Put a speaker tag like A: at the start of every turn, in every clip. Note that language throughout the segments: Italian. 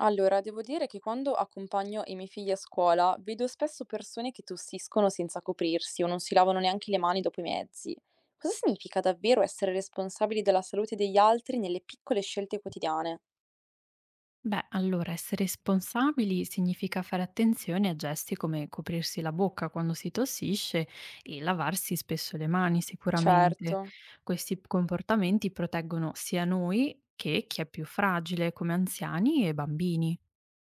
A: Allora, devo dire che quando accompagno i miei figli a scuola vedo spesso persone che tossiscono senza coprirsi o non si lavano neanche le mani dopo i mezzi. Cosa significa davvero essere responsabili della salute degli altri nelle piccole scelte quotidiane?
B: Beh, allora essere responsabili significa fare attenzione a gesti come coprirsi la bocca quando si tossisce e lavarsi spesso le mani sicuramente.
A: Certo,
B: Questi comportamenti proteggono sia noi che chi è più fragile, come anziani e bambini.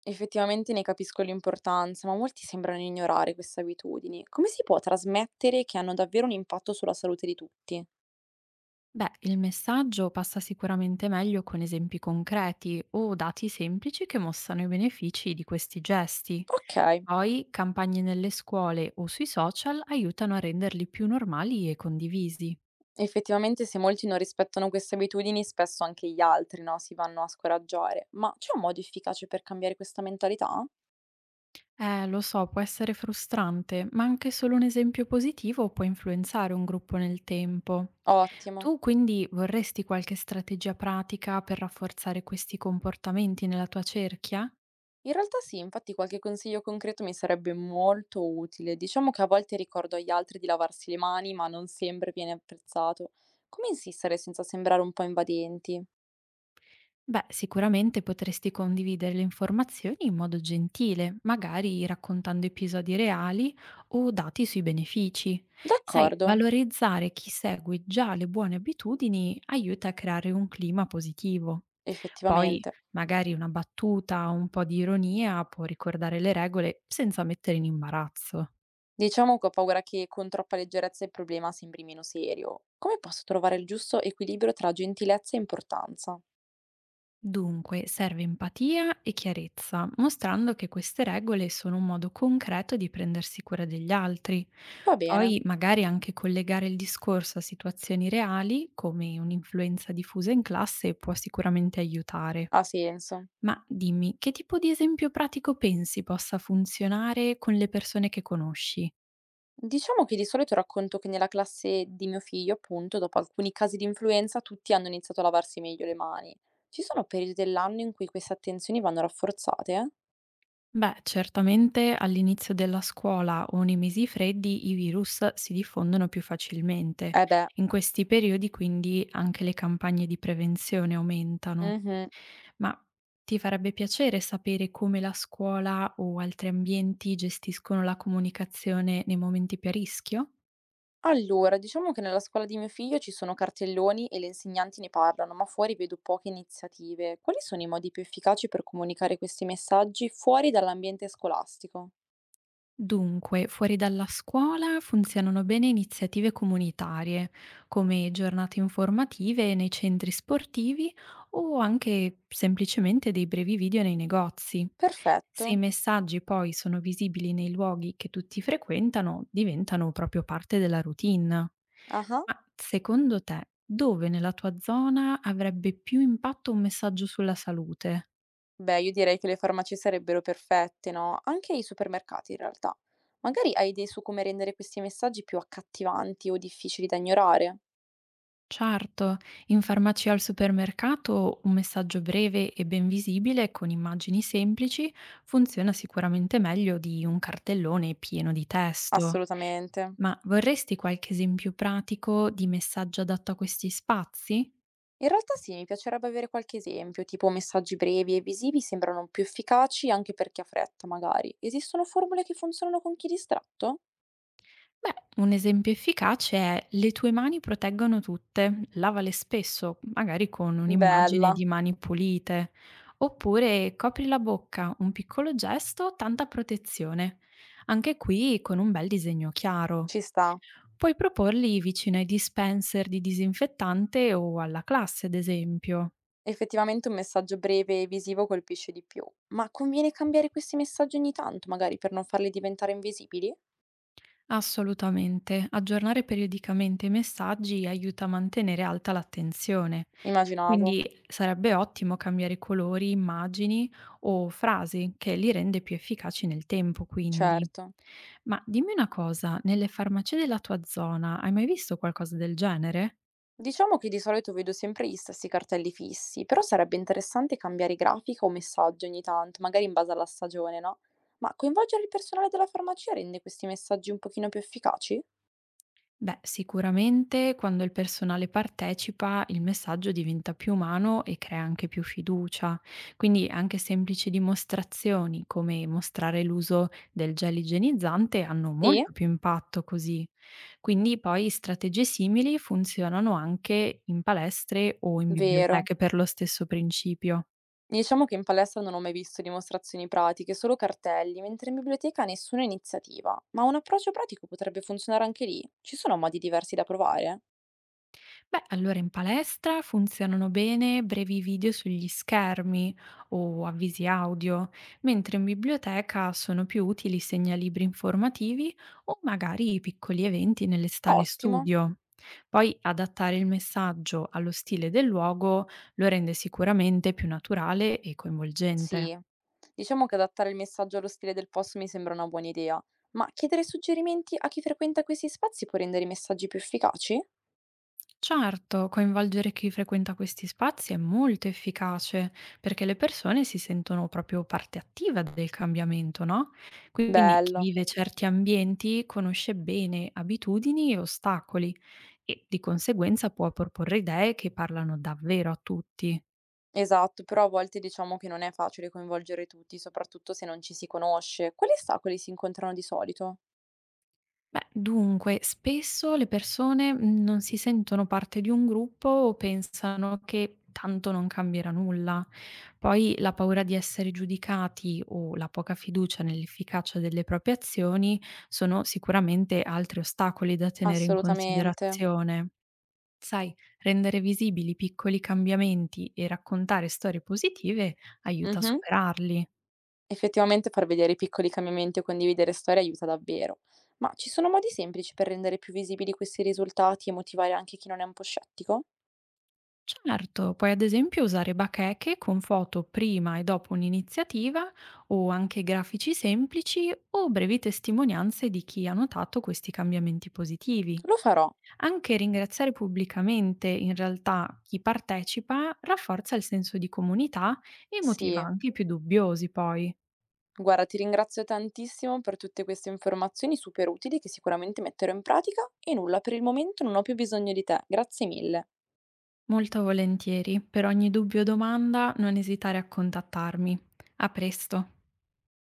A: effettivamente ne capisco l'importanza, ma molti sembrano ignorare queste abitudini. Come si può trasmettere che hanno davvero un impatto sulla salute di tutti?
B: Beh, il messaggio passa sicuramente meglio con esempi concreti o dati semplici che mostrano i benefici di questi gesti.
A: Ok.
B: Poi campagne nelle scuole o sui social aiutano a renderli più normali e condivisi.
A: Effettivamente se molti non rispettano queste abitudini, spesso anche gli altri, no, si vanno a scoraggiare. Ma c'è un modo efficace per cambiare questa mentalità?
B: Lo so, può essere frustrante, ma anche solo un esempio positivo può influenzare un gruppo nel tempo.
A: Ottimo.
B: Tu quindi vorresti qualche strategia pratica per rafforzare questi comportamenti nella tua cerchia?
A: In realtà sì, infatti qualche consiglio concreto mi sarebbe molto utile. Diciamo che a volte ricordo agli altri di lavarsi le mani, ma non sempre viene apprezzato. Come insistere senza sembrare un po' invadenti?
B: Beh, sicuramente potresti condividere le informazioni in modo gentile, magari raccontando episodi reali o dati sui benefici. Sai,
A: D'accordo,
B: valorizzare chi segue già le buone abitudini aiuta a creare un clima positivo. Poi,
A: effettivamente.
B: magari una battuta o un po' di ironia può ricordare le regole senza mettere in imbarazzo.
A: Diciamo che ho paura che con troppa leggerezza il problema sembri meno serio. Come posso trovare il giusto equilibrio tra gentilezza e importanza?
B: Dunque, serve empatia e chiarezza, mostrando che queste regole sono un modo concreto di prendersi cura degli altri.
A: Va bene,
B: Poi magari anche collegare il discorso a situazioni reali, come un'influenza diffusa in classe, può sicuramente aiutare.
A: ha senso.
B: Ma dimmi, che tipo di esempio pratico pensi possa funzionare con le persone che conosci?
A: Diciamo che di solito racconto che nella classe di mio figlio, appunto, dopo alcuni casi di influenza, tutti hanno iniziato a lavarsi meglio le mani. Ci sono periodi dell'anno in cui queste attenzioni vanno rafforzate?
B: Beh, certamente all'inizio della scuola o nei mesi freddi i virus si diffondono più facilmente.
A: Eh beh,
B: In questi periodi quindi anche le campagne di prevenzione aumentano.
A: mhm.
B: Ma ti farebbe piacere sapere come la scuola o altri ambienti gestiscono la comunicazione nei momenti più a rischio?
A: Allora, diciamo che nella scuola di mio figlio ci sono cartelloni e le insegnanti ne parlano, ma fuori vedo poche iniziative. Quali sono i modi più efficaci per comunicare questi messaggi fuori dall'ambiente scolastico?
B: Dunque, fuori dalla scuola funzionano bene iniziative comunitarie, come giornate informative nei centri sportivi o anche semplicemente dei brevi video nei negozi.
A: Perfetto.
B: Se i messaggi poi sono visibili nei luoghi che tutti frequentano, diventano proprio parte della routine.
A: Ah.
B: Ma secondo te, dove nella tua zona avrebbe più impatto un messaggio sulla salute?
A: Beh, io direi che le farmacie sarebbero perfette, no? Anche i supermercati, in realtà. Magari hai idee su come rendere questi messaggi più accattivanti o difficili da ignorare?
B: Certo, in farmacia al supermercato un messaggio breve e ben visibile con immagini semplici funziona sicuramente meglio di un cartellone pieno di testo.
A: Assolutamente.
B: Ma vorresti qualche esempio pratico di messaggio adatto a questi spazi?
A: In realtà sì, mi piacerebbe avere qualche esempio, tipo messaggi brevi e visivi sembrano più efficaci anche per chi ha fretta, magari. Esistono formule che funzionano con chi è distratto?
B: Beh, un esempio efficace è "Le tue mani proteggono tutte, lavale spesso", magari con un'immagine
A: Bella,
B: di mani pulite, oppure "Copri la bocca, un piccolo gesto, tanta protezione", anche qui con un bel disegno chiaro.
A: ci sta.
B: Puoi proporli vicino ai dispenser di disinfettante o alla classe, ad esempio.
A: Effettivamente un messaggio breve e visivo colpisce di più, ma conviene cambiare questi messaggi ogni tanto, magari per non farli diventare invisibili?
B: Assolutamente. Aggiornare periodicamente i messaggi aiuta a mantenere alta l'attenzione.
A: Immaginavo.
B: Quindi sarebbe ottimo cambiare colori, immagini o frasi che li rende più efficaci nel tempo, quindi.
A: Certo.
B: Ma dimmi una cosa, nelle farmacie della tua zona hai mai visto qualcosa del genere?
A: Diciamo che di solito vedo sempre gli stessi cartelli fissi, però sarebbe interessante cambiare grafica o messaggio ogni tanto, magari in base alla stagione, no? Ma coinvolgere il personale della farmacia rende questi messaggi un pochino più efficaci?
B: Beh, sicuramente quando il personale partecipa il messaggio diventa più umano e crea anche più fiducia. Quindi anche semplici dimostrazioni come mostrare l'uso del gel igienizzante hanno
A: Sì,
B: molto più impatto così. Quindi poi strategie simili funzionano anche in palestre o in
A: vero.
B: biblioteche per lo stesso principio.
A: Diciamo che in palestra non ho mai visto dimostrazioni pratiche, solo cartelli, mentre in biblioteca nessuna iniziativa. Ma un approccio pratico potrebbe funzionare anche lì. Ci sono modi diversi da provare?
B: Beh, allora in palestra funzionano bene brevi video sugli schermi o avvisi audio, mentre in biblioteca sono più utili segnalibri informativi o magari piccoli eventi nelle sale
A: Ottimo.
B: studio. Poi adattare il messaggio allo stile del luogo lo rende sicuramente più naturale e coinvolgente.
A: Sì. Diciamo che adattare il messaggio allo stile del post mi sembra una buona idea, ma chiedere suggerimenti a chi frequenta questi spazi può rendere i messaggi più efficaci?
B: Certo, coinvolgere chi frequenta questi spazi è molto efficace perché le persone si sentono proprio parte attiva del cambiamento, no? Quindi chi
A: Bello.
B: vive certi ambienti conosce bene abitudini e ostacoli e di conseguenza può proporre idee che parlano davvero a tutti.
A: Esatto, però a volte diciamo che non è facile coinvolgere tutti, soprattutto se non ci si conosce. Quali ostacoli si incontrano di solito?
B: Beh, dunque, spesso le persone non si sentono parte di un gruppo o pensano che tanto non cambierà nulla. Poi la paura di essere giudicati o la poca fiducia nell'efficacia delle proprie azioni sono sicuramente altri ostacoli da tenere in
A: Assolutamente.
B: considerazione. Sai, rendere visibili i piccoli cambiamenti e raccontare storie positive aiuta a
A: Mhm.
B: superarli.
A: Effettivamente far vedere i piccoli cambiamenti o condividere storie aiuta davvero. Ma ci sono modi semplici per rendere più visibili questi risultati e motivare anche chi non è un po' scettico?
B: Certo, puoi ad esempio usare bacheche con foto prima e dopo un'iniziativa o anche grafici semplici o brevi testimonianze di chi ha notato questi cambiamenti positivi.
A: Lo farò.
B: Anche ringraziare pubblicamente in realtà chi partecipa rafforza il senso di comunità e motiva
A: Sì.
B: anche i più dubbiosi poi.
A: Guarda, ti ringrazio tantissimo per tutte queste informazioni super utili che sicuramente metterò in pratica e nulla, per il momento non ho più bisogno di te. Grazie mille.
B: Molto volentieri, per ogni dubbio o domanda non esitare a contattarmi. A presto!